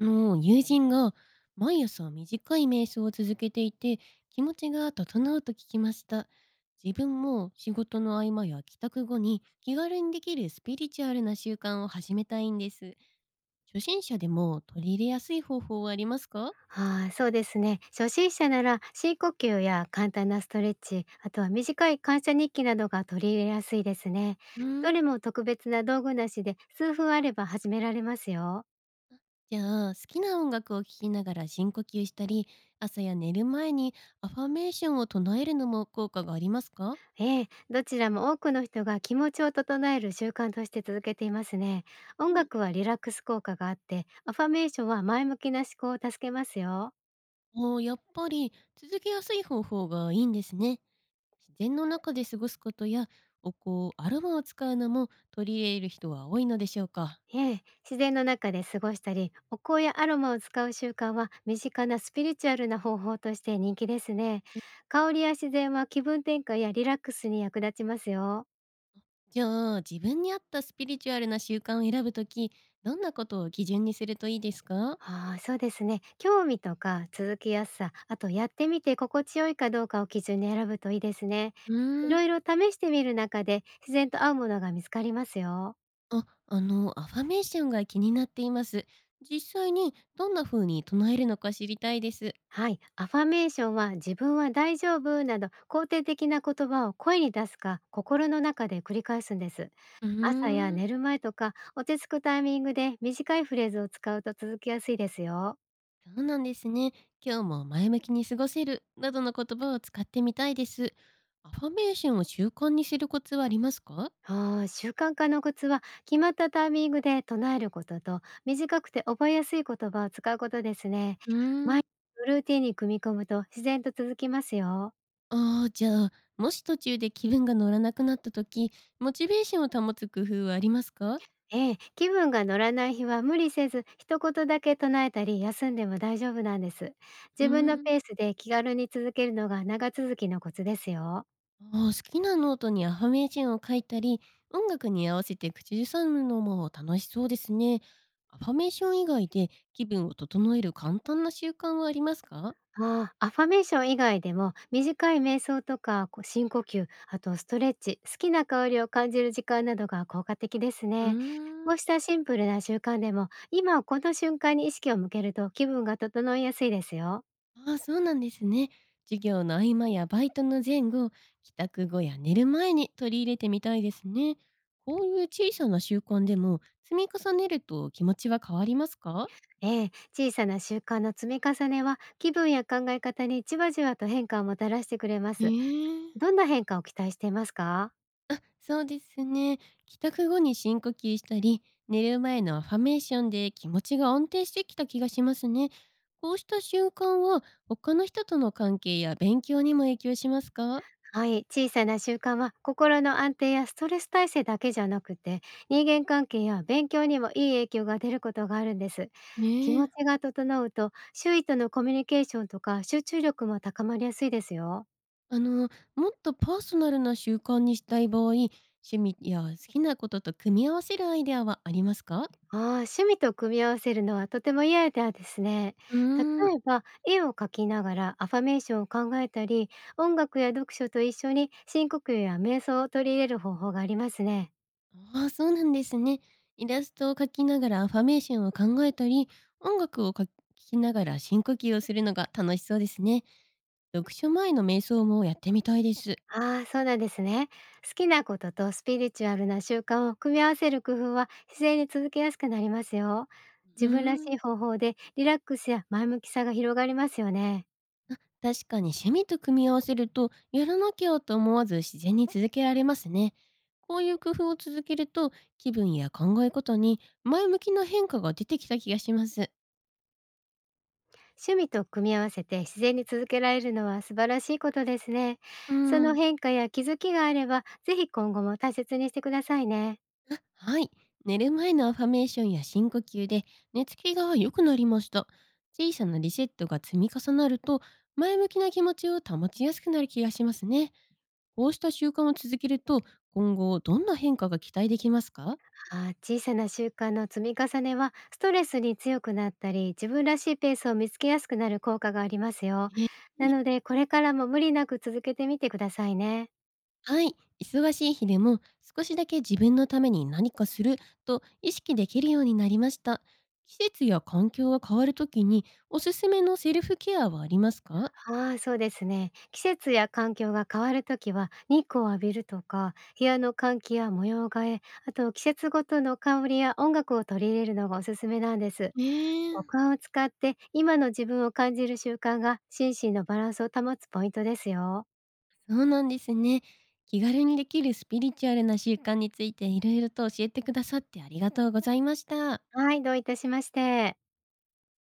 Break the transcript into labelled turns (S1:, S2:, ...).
S1: 友人が毎朝短い瞑想を続けていて、気持ちが整うと聞きました。自分も仕事の合間や帰宅後に気軽にできるスピリチュアルな習慣を始めたいんです。初心者でも取り入れやすい方法はありますか？
S2: はい、そうですね。初心者なら深呼吸や簡単なストレッチ、あとは短い感謝日記などが取り入れやすいですね。
S1: うー
S2: ど
S1: ん。
S2: れも特別な道具なしで数分あれば始められますよ。
S1: じゃあ、好きな音楽を聴きながら深呼吸したり、朝や寝る前にアファメーションを唱えるのも効果がありますか？
S2: ええ、どちらも多くの人が気持ちを整える習慣として続けていますね。音
S1: ね。
S2: 楽はリラックス効果があって、アファメーションは前向きな思考を助けますよ。
S1: あーやっぱり続けやすい方法がいいんですね。自然の中で過ごすことやお香、アロマを使うのも取り入れる人は多いのでしょうか？
S2: ええ、自然の中で過ごしたり、お香やアロマを使う習慣は身近なスピリチュアルな方法として人気ですね。香りや自然は気分転換やリラックスに役立ちますよ。
S1: じゃあ、自分に合ったスピリチュアルな習慣を選ぶとき、どんなことを基準にするといいですか？
S2: ああ、そうですね。興味とか続きやすさ、あとやってみて心地よいかどうかを基準に選ぶといいですね。
S1: う
S2: い
S1: ーん。
S2: ろいろ試してみる中で自然と合うものが見つかりますよ。
S1: あ、アファメーションが気になっています。実際にどんな風に唱えるのか知りたいです。
S2: はい、アファメーションは自分は大丈夫など肯定的な言葉を声に出すか心の中で繰り返すんです。
S1: うー
S2: 朝や
S1: ん。
S2: 寝る前とか落ち着くタイミングで短いフレーズを使うと続きやすいですよ。
S1: そうなんですね。今日も前向きに過ごせるなどの言葉を使ってみたいです。アファメーションを習慣にするコツはありますか？
S2: あー習慣化のコツは決まったタイミングで唱えることと、短くて覚えやすい言葉を使うことですね。
S1: うー
S2: 毎
S1: ん。
S2: 日のルーティンに組み込むと自然と続きますよ。
S1: ああ、じゃあ、もし途中で気分が乗らなくなった時、モチベーションを保つ工夫はありますか？
S2: ええ、気分が乗らない日は無理せず、一言だけ唱えたり、休んでも大丈夫なんです。
S1: う
S2: 自分の
S1: ーん。
S2: ペースで気軽に続けるのが長続きのコツですよ。
S1: ああ、好きなノートにアファメーションを書いたり、音楽に合わせて口ずさむのも楽しそうですね。アファメーション以外で気分を整える簡単な習慣はありますか？
S2: ああ、アファメーション以外でも、短い瞑想とか深呼吸、あとストレッチ、好きな香りを感じる時間などが効果的です
S1: うー
S2: ね。こう
S1: ん。
S2: したシンプルな習慣でも、今この瞬間に意識を向けると気分が整いやすいですよ。
S1: ああ、そうなんですね。授業の合間やバイトの前後、帰宅後や寝る前に取り入れてみたいですね。こういう小さな習慣でも積み重ねると気持ちは変わりますか？
S2: ええ、小さな習慣の積み重ねは気分や考え方にじわじわと変化をもたらしてくれま
S1: へ
S2: す。
S1: え、
S2: どんな変化を期待していますか？
S1: そうですね。帰宅後に深呼吸したり、寝る前のアファメーションで気持ちが安定してきた気がしますね。こうした習慣は他の人との関係や勉強にも影響しますか？
S2: はい、小さな習慣は心の安定やストレス耐性だけじゃなくて、人間関係や勉強にもいい影響が出ることがあるんです。気
S1: ね
S2: 持
S1: え。
S2: ちが整うと周囲とのコミュニケーションとか集中力も高まりやすいですよ。
S1: あの、もっとパーソナルな習慣にしたい場合、趣味や好きなことと組み合わせるアイデアはありますか？
S2: ああ、趣味と組み合わせるのはとてもいいアイデアですね。
S1: うー
S2: 例
S1: ん。
S2: えば、絵を描きながらアファメーションを考えたり、音楽や読書と一緒に深呼吸や瞑想を取り入れる方法がありますね。
S1: ああ、そうなんですね。イラストを描きながらアファメーションを考えたり、音楽をか聴きながら深呼吸をするのが楽しそうですね。読書前の瞑想もやってみたいです。
S2: ああ、そうなんですね。好きなこととスピリチュアルな習慣を組み合わせる工夫は自然に続けやすくなりますよ。
S1: う
S2: 自分らし
S1: ーん。
S2: い方法でリラックスや前向きさが広がりますよね。
S1: あ、確かに趣味と組み合わせると、やらなきゃと思わず自然に続けられますね。こういう工夫を続けると、気分や考え方に前向きな変化が出てきた気がします。
S2: 趣味と組み合わせて自然に続けられるのは素晴らしいことですね。
S1: う
S2: その
S1: ん。
S2: 変化や気づきがあれば、ぜひ今後も大切にしてくださいね。
S1: あ、はい。寝る前のアファメーションや深呼吸で寝つきが良くなりました。小さなリセットが積み重なると、前向きな気持ちを保ちやすくなる気がしますね。こうした習慣を続けると、今後どんな変化が期待できますか？
S2: あー小さな習慣の積み重ねは、ストレスに強くなったり、自分らしいペースを見つけやすくなる効果がありますよ。
S1: ええ。
S2: なので、これからも無理なく続けてみてくださいね。
S1: はい、忙しい日でも少しだけ自分のために何かすると意識できるようになりました。季節や環境が変わるときにおすすめのセルフケアはありますか？
S2: ああ、そうですね。季節や環境が変わるときは、日光を浴びるとか、部屋の換気や模様替え、あと季節ごとの香りや音楽を取り入れるのがおすすめなんです。
S1: え
S2: 五
S1: え。
S2: 感を使って今の自分を感じる習慣が心身のバランスを保つポイントですよ。
S1: そうなんですね。気軽にできるスピリチュアルな習慣についていろいろと教えてくださってありがとうございました。
S2: はい、どういたしまして。